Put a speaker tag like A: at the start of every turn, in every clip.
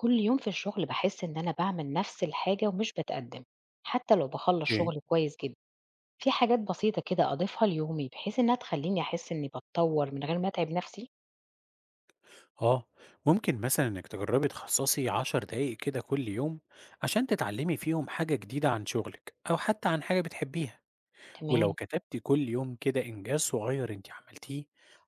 A: كل يوم في الشغل بحس إن أنا باعمل نفس الحاجة ومش بتقدم، حتى لو بخلص
B: أوكي.
A: شغل كويس جدا. في حاجات بسيطة كده أضيفها ليومي بحيث إنها تخليني أحس إني بتطور من غير ما أتعب نفسي.
B: آه، ممكن مثلًا إنِّك تجرّبي تخصّصي 10 دقايق كده كل يوم عشان تتعلّمي فيهم حاجة جديدة عن شغلِك أو حتى عن حاجة بتحبّيها، ولو
A: تمام.
B: كتبتِ كل يوم كده إنجاز صغير أنتِ عملتيه،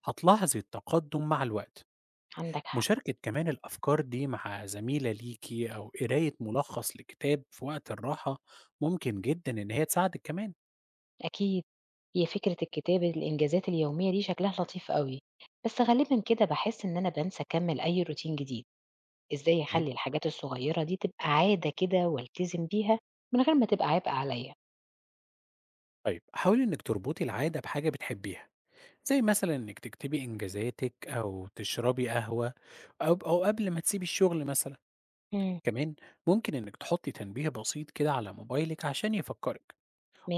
B: هتلاحظي التقدُّم مع الوقت.
A: عندك حق.
B: مشاركة كمان الأفكار دي مع زميلة ليكِ أو قراية ملخّص لكتاب في وقت الراحة ممكن جدًا إن هي تساعدِك كمان.
A: أكيد. هي فكرة الكتابة الإنجازات اليومية دي شكلها لطيف قوي، بس غالبا كده بحس إن أنا بنسى أكمل أي روتين جديد. إزاي
B: أوكي.
A: أخلي الحاجات الصغيرة دي تبقى عادة كده والتزم بيها من غير ما تبقى عبء عليا؟
B: طيب، حاولي إنِّك تربطي العادة بحاجة بتحبّيها، زي مثلًا إنِّك تكتبي إنجازاتِك أو تشربي قهوة أو قبل ما تسيبي الشغل مثلًا،
A: مم.
B: كمان ممكن إنِّك تحطّي تنبيه بسيط كده على موبايلِك عشان يفكّرِك،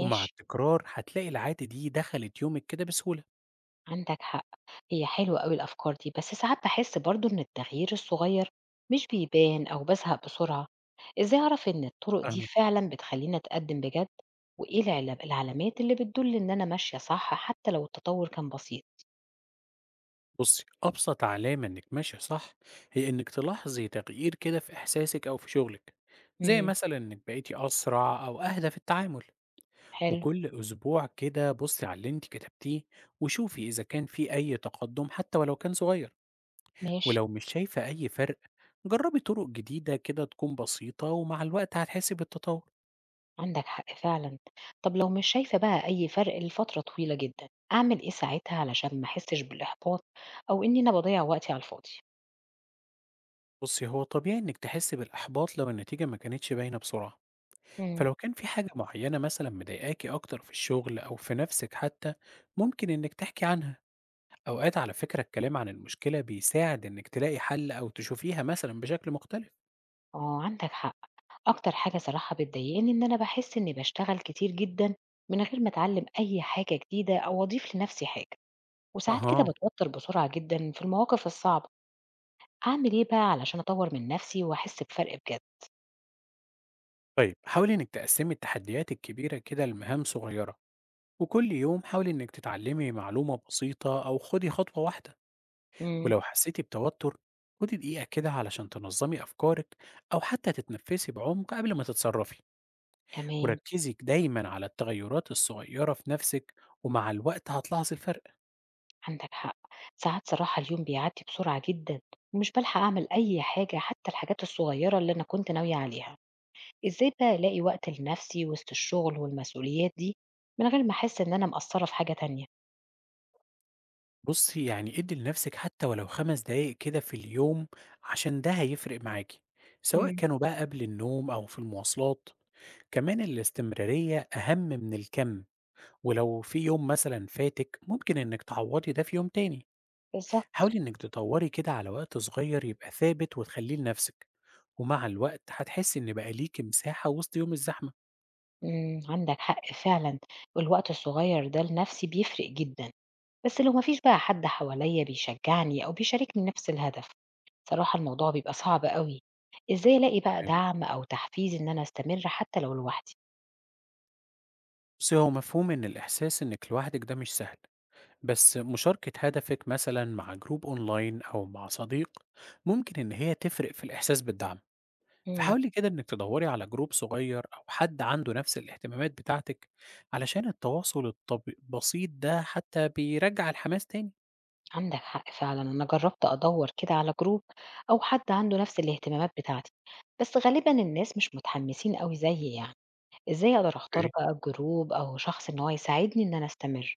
B: ومع التكرار هتلاقي العادة دي دخلت يومِك كده بسهولة.
A: عندك حق. هي حلوة قوي الأفكار دي، بس ساعات بحس برضو إن التغيير الصغير مش بيبان أو بزهق بسرعة. إزاي أعرف إن الطرق دي
B: فاهمِك.
A: فعلا بتخليني أتقدم بجد؟ وإيه العلامات اللي بتدل إن أنا ماشية صح حتى لو التطور كان بسيط؟
B: بُصّي، أبسط علامة إنِّك ماشية صح هي إنِّك تلاحظي تغيير كده في إحساسِك أو في شغلِك، زي
A: امم.
B: مثلًا إنِّك بقيتِ أسرع أو أهدى في التعامل،
A: حلو.
B: وكل أسبوع كده بُصّي على اللي أنتِ كتبتيه وشوفي إذا كان في أي تقدُّم حتى ولو كان صغير.
A: ماشي.
B: ولو مش شايفة أي فرق، جربي طرق جديدة كده تكون بسيطة، ومع الوقت هتحسي بالتطور.
A: عندك حق فعلا. طب لو مش شايفة بقى أي فرق لفترة طويلة جدا، أعمل إيه ساعتها علشان ما أحسش بالإحباط أو إني أنا بضيع وقتي على الفاضي؟
B: بصي، هو طبيعي إنك تحسي بالإحباط لو النتيجة ما كانتش باينة بسرعة.
A: امم.
B: فلو كان في حاجة معينة مثلا مضايقاكي أكتر في الشغل أو في نفسك حتى، ممكن إنك تحكي عنها. أوقات على فكرة الكلام عن المشكلة بيساعد إنك تلاقي حل أو تشوفيها مثلا بشكل مختلف.
A: اه، عندك حق. أكتر حاجة صراحة بتضايقني إن أنا باحس إني باشتغل كتير جدًا من غير ما أتعلّم أي حاجة جديدة أو أضيف لنفسي حاجة، وساعات كده
B: أها،
A: باتوتر بسرعة جدًا في المواقف الصعبة. أعمل إيه بقى علشان أطوّر من نفسي وأحس بفرق بجد؟
B: طيب حاولي إنك تقسمي التحديات الكبيرة كده لمهام صغيرة، وكل يوم حاولي إنك تتعلمي معلومة بسيطة أو خدي خطوة واحدة.
A: إمم،
B: ولو حسيتي بتوتر، خدي دقيقة كده علشان تنظمي أفكارك أو حتى تتنفسي بعمق قبل ما تتصرفي،
A: تمام،
B: وركزي دايما على التغيرات الصغيرة في نفسك، ومع الوقت هتلاحظي الفرق.
A: عندك حق. ساعات صراحة اليوم بيعدّي بسرعة جدًا، ومش بالحق أعمل أي حاجة حتى الحاجات الصغيرة اللي أنا كنت ناوية عليها. إزاي بقى ألاقي وقت لنفسي وسط الشغل والمسؤوليات دي من غير ما أحس إن أنا مقصّرة في حاجة تانية؟
B: بصي، يعني ادي لنفسك حتى ولو خمس دقايق كده في اليوم، عشان ده هيفرق معاكي، سواء
A: إمم،
B: كانوا بقى قبل النوم أو في المواصلات. كمان الاستمرارية أهم من الكم، ولو في يوم مثلا فاتك ممكن إنك تعوضي ده في يوم تاني.
A: بالضبط.
B: حاولي إنك تدوري كده على وقت صغير يبقى ثابت وتخليه لنفسك، ومع الوقت هتحسي إن بقى ليكي مساحة وسط يوم الزحمة.
A: إمم، عندك حق فعلًا. والوقت الصغير ده لنفسي بيفرق جدًا، بس لو ما فيش بقى حد حواليّا بيشجعني أو بيشاركني نفس الهدف، صراحة الموضوع بيبقى صعب أوي. إزاي ألاقي بقى
B: تمام،
A: دعم أو تحفيز إن أنا أستمر حتى لو لوحدي؟
B: بس هو مفهوم إن الإحساس إنك لوحدك ده مش سهل، بس مشاركة هدفك مثلا مع جروب أونلاين أو مع صديق ممكن إن هي تفرق في الإحساس بالدعم.
A: إمم،
B: فحاولي كده إنك تدوري على جروب صغير أو حد عنده نفس الاهتمامات بتاعتك، علشان التواصل البسيط ده حتى بيرجع الحماس تاني.
A: عندك حق فعلًا. أنا جرّبت أدوّر كده على جروب أو حد عنده نفس الاهتمامات بتاعتي، بس غالبًا الناس مش متحمسين أوي زيي يعني. إزاي أقدر أختار بقى جروب أو شخص إن هو يساعدني إن أنا أستمر،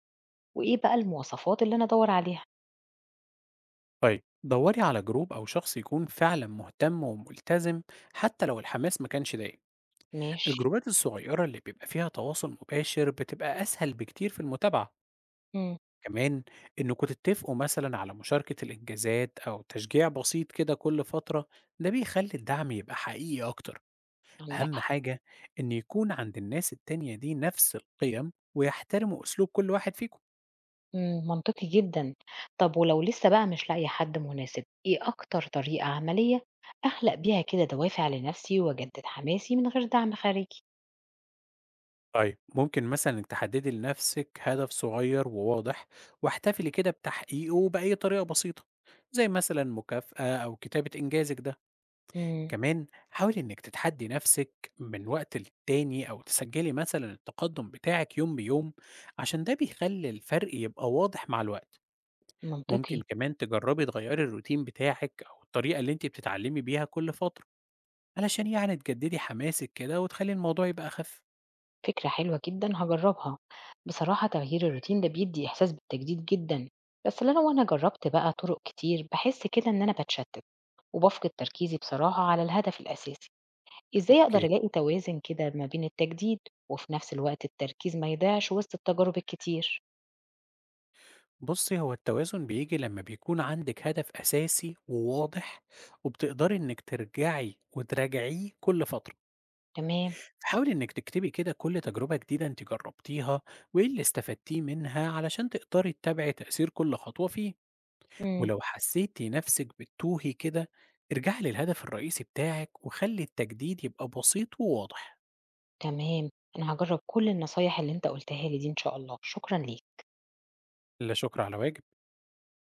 A: وإيه بقى المواصفات اللي أنا أدوّر عليها؟
B: طيب، دوري على جروب أو شخص يكون فعلا مهتم وملتزم، حتى لو الحماس ما كانش دايم.
A: ماشي.
B: الجروبات الصغيرة اللي بيبقى فيها تواصل مباشر بتبقى أسهل بكتير في المتابعة.
A: إمم،
B: كمان إنكم تتفقوا مثلا على مشاركة الإنجازات أو تشجيع بسيط كده كل فترة، ده بيخلي الدعم يبقى حقيقي أكتر.
A: عندك
B: أهم
A: حق.
B: حاجة إن يكون عند الناس التانية دي نفس القيم ويحترموا أسلوب كل واحد فيكم.
A: إمم، منطقي جدًا. طب ولو لسه بقى مش لاقية حد مناسب، إيه أكتر طريقة عملية أخلق بيها كده دوافع لنفسي وأجدد حماسي من غير دعم خارجي؟
B: طيب، ممكن مثلا إنِك تحددي لنفسك هدف صغير وواضح، واحتفلي كده بتحقيقه بأي طريقة بسيطة، زي مثلا مكافأة أو كتابة إنجازك ده.
A: إمم،
B: كمان حاولي إنك تتحدي نفسك من وقت للتاني أو تسجلي مثلا التقدم بتاعك يوم بيوم، عشان ده بيخلي الفرق يبقى واضح مع الوقت. ممكن
A: منطقي.
B: كمان تجربي تغيري الروتين بتاعك أو الطريقة اللي أنت بتتعلمي بيها كل فترة، علشان يعني تجددي حماسك كده وتخلي الموضوع يبقى أخف.
A: فكرة حلوة جدًا، هاجرّبها. بصراحة تغيير الروتين ده بيدّي إحساس بالتجديد جدًا، بس لو أنا جرّبت بقى طرق كتير باحس كده إن أنا باتشتت وبافقد تركيزي بصراحة على الهدف الأساسي. إزاي أقدر
B: أوكي.
A: ألاقي توازن كده ما بين التجديد وفي نفس الوقت التركيز ما يضيعش وسط التجارب الكتير؟
B: بُصّي، هو التوازن بييجي لمّا بيكون عندِك هدف أساسي وواضح، وبتقدري إنِّك ترجعي وتراجعيه كل فترة.
A: تمام.
B: فحاولي إنِّك تكتبي كده كل تجربة جديدة أنتِ جربتيها، وإيه اللي استفدتيه منها علشان تقدري تتابعي تأثير كل خطوة فيه.
A: مم.
B: ولو حسيتِ نفسِك بتتوهي كده، ارجعي للهدف الرئيسي بتاعِك، وخلّي التجديد يبقى بسيط وواضح.
A: تمام، أنا هاجرب كل النصايح اللي أنت قُلتها لي دي إن شاء الله. شكرًا ليك.
B: لا شكر على واجب.